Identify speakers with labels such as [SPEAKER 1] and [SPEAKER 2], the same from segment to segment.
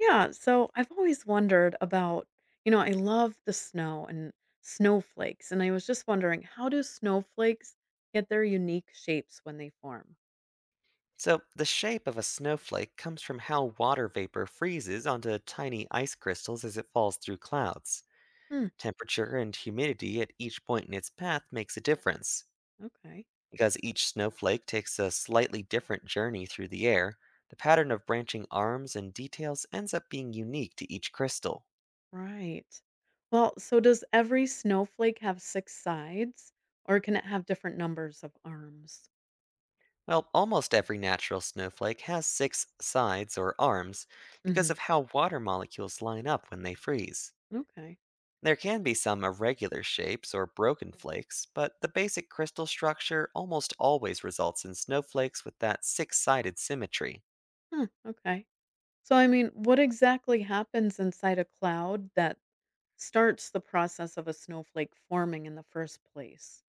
[SPEAKER 1] Yeah, so I've always wondered about, I love the snow and snowflakes, and I was just wondering, how do snowflakes get their unique shapes when they form?
[SPEAKER 2] So, the shape of a snowflake comes from how water vapor freezes onto tiny ice crystals as it falls through clouds.
[SPEAKER 1] Hmm,
[SPEAKER 2] Temperature and humidity at each point in its path makes a difference.
[SPEAKER 1] okay.
[SPEAKER 2] Because each snowflake takes a slightly different journey through the air, the pattern of branching arms and details ends up being unique to each crystal.
[SPEAKER 1] Right. Well, so does every snowflake have six sides, or can it have different numbers of arms?
[SPEAKER 2] Well, almost every natural snowflake has six sides or arms
[SPEAKER 1] Hmm.
[SPEAKER 2] because of how water molecules line up when they freeze.
[SPEAKER 1] Okay.
[SPEAKER 2] There can be some irregular shapes or broken flakes, but the basic crystal structure almost always results in snowflakes with that six sided symmetry.
[SPEAKER 1] Hmm, okay. So, I mean, what exactly happens inside a cloud that starts the process of a snowflake forming in the first place?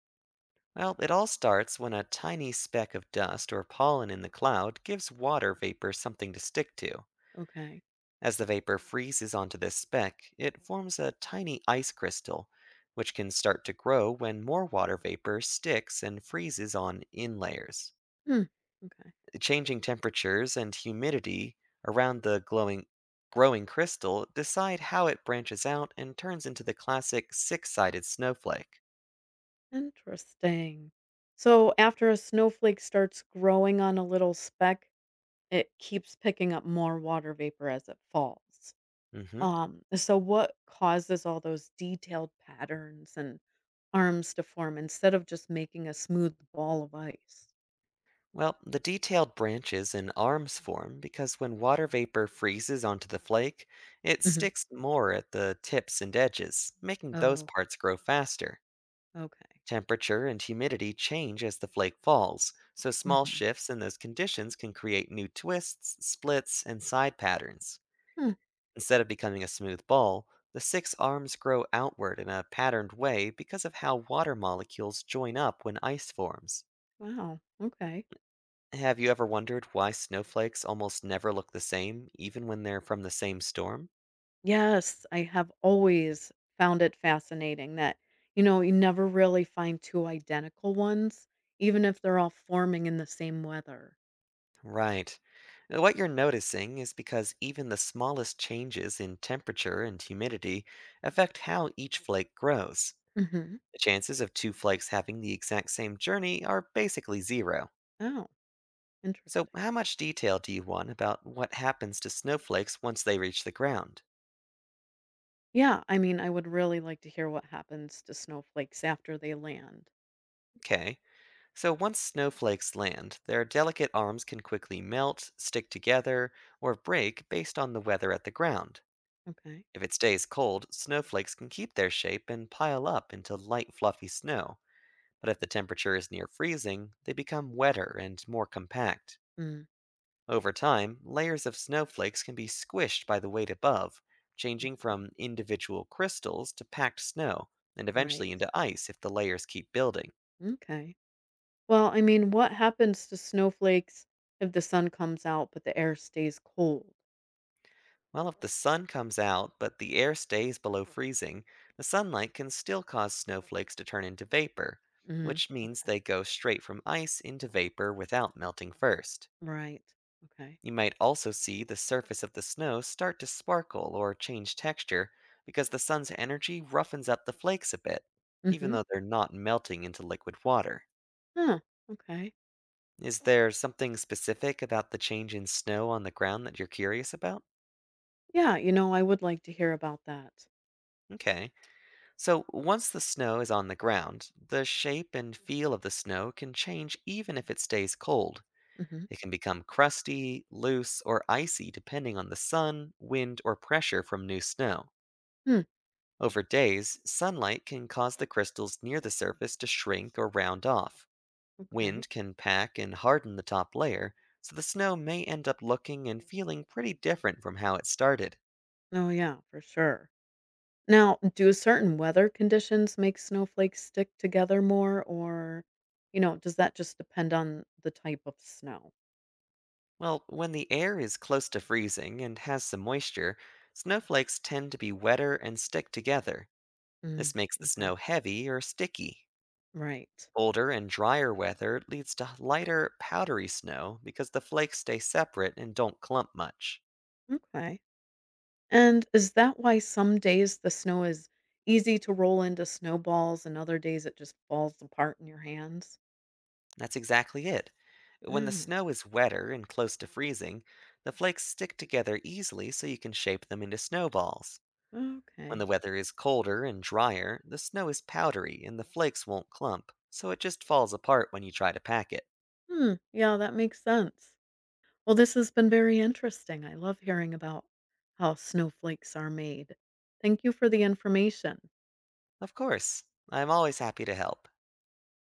[SPEAKER 2] Well, it all starts when a tiny speck of dust or pollen in the cloud gives water vapor something to stick to.
[SPEAKER 1] Okay.
[SPEAKER 2] As the vapor freezes onto this speck, it forms a tiny ice crystal, which can start to grow when more water vapor sticks and freezes on in layers.
[SPEAKER 1] Hmm, okay.
[SPEAKER 2] Changing temperatures and humidity around the glowing, growing crystal decide how it branches out and turns into the classic six sided snowflake.
[SPEAKER 1] Interesting. So after a snowflake starts growing on a little speck, it keeps picking up more water vapor as it falls.
[SPEAKER 2] hmm
[SPEAKER 1] So what causes all those detailed patterns and arms to form instead of just making a smooth ball of ice?
[SPEAKER 2] Well, the detailed branches and arms form because when water vapor freezes onto the flake, it
[SPEAKER 1] Hmm.
[SPEAKER 2] sticks more at the tips and edges, making
[SPEAKER 1] Oh,
[SPEAKER 2] those
[SPEAKER 1] okay.
[SPEAKER 2] parts grow faster.
[SPEAKER 1] Okay.
[SPEAKER 2] Temperature and humidity change as the flake falls, so small
[SPEAKER 1] Hmm.
[SPEAKER 2] shifts in those conditions can create new twists, splits, and side patterns.
[SPEAKER 1] Hmm,
[SPEAKER 2] Instead of becoming a smooth ball, the six arms grow outward in a patterned way because of how water molecules join up when ice forms.
[SPEAKER 1] wow. Okay.
[SPEAKER 2] Have you ever wondered why snowflakes almost never look the same, even when they're from the same storm?
[SPEAKER 1] Yes, I have always found it fascinating that, you never really find 2 identical ones, even if they're all forming in the same weather.
[SPEAKER 2] Right. What you're noticing is because even the smallest changes in temperature and humidity affect how each flake grows.
[SPEAKER 1] Mhm.
[SPEAKER 2] The chances of two flakes having the exact same journey are basically zero.
[SPEAKER 1] Oh,
[SPEAKER 2] So,
[SPEAKER 1] interesting.
[SPEAKER 2] how much detail do you want about what happens to snowflakes once they reach the ground?
[SPEAKER 1] Yeah, I mean, I would really like to hear what happens to snowflakes after they land.
[SPEAKER 2] Okay, so once snowflakes land, their delicate arms can quickly melt, stick together, or break based on the weather at the ground.
[SPEAKER 1] Okay.
[SPEAKER 2] If it stays cold, snowflakes can keep their shape and pile up into light, fluffy snow, but if the temperature is near freezing, they become wetter and more compact.
[SPEAKER 1] Mm,
[SPEAKER 2] Over time, layers of snowflakes can be squished by the weight above, changing
[SPEAKER 1] okay.
[SPEAKER 2] from individual crystals to packed snow, and
[SPEAKER 1] Right.
[SPEAKER 2] eventually into ice if the layers keep building.
[SPEAKER 1] Okay. Well, I mean, what happens to snowflakes if the sun comes out, but the air stays cold?
[SPEAKER 2] Well, if the sun comes out but the air stays below freezing, the sunlight can still cause snowflakes to turn into vapor,
[SPEAKER 1] Mhm.
[SPEAKER 2] which means
[SPEAKER 1] Okay.
[SPEAKER 2] they go straight from ice into vapor without melting first.
[SPEAKER 1] Right. Okay.
[SPEAKER 2] You might also see the surface of the snow start to sparkle or change texture because the sun's energy roughens up the flakes a bit, even
[SPEAKER 1] Mhm.
[SPEAKER 2] though they're not melting into liquid water.
[SPEAKER 1] Huh. Okay.
[SPEAKER 2] Is there something specific about the change in snow on the ground that you're curious about?
[SPEAKER 1] Yeah, I would like to hear about that.
[SPEAKER 2] Okay, so once the snow is on the ground, the shape and feel of the snow can change even if it stays cold.
[SPEAKER 1] Hmm.
[SPEAKER 2] It can become crusty, loose, or icy depending on the sun, wind, or pressure from new snow.
[SPEAKER 1] Hmm.
[SPEAKER 2] Over days, sunlight can cause the crystals near the surface to shrink or round off.
[SPEAKER 1] Okay.
[SPEAKER 2] Wind can pack and harden the top layer, so the snow may end up looking and feeling pretty different from how it started.
[SPEAKER 1] Oh, yeah, for sure. Now, do certain weather conditions make snowflakes stick together more, or, does that just depend on the type of snow?
[SPEAKER 2] Well, when the air is close to freezing and has some moisture, snowflakes tend to be wetter and stick together.
[SPEAKER 1] Mm,
[SPEAKER 2] This makes the
[SPEAKER 1] okay.
[SPEAKER 2] snow heavy or sticky.
[SPEAKER 1] Right.
[SPEAKER 2] Colder and drier weather leads to lighter, powdery snow because the flakes stay separate and don't clump much.
[SPEAKER 1] Okay. And is that why some days the snow is easy to roll into snowballs and other days it just falls apart in your hands?
[SPEAKER 2] That's exactly it. When the
[SPEAKER 1] Mm,
[SPEAKER 2] snow is wetter and close to freezing, the flakes stick together easily so you can shape them into snowballs. When
[SPEAKER 1] okay.
[SPEAKER 2] the weather is colder and drier, the snow is powdery and the flakes won't clump, so it just falls apart when you try to pack it.
[SPEAKER 1] Hmm. Yeah, that makes sense. Well, this has been very interesting. I love hearing about how snowflakes are made. Thank you for the information.
[SPEAKER 2] Of course, I'm always happy to help.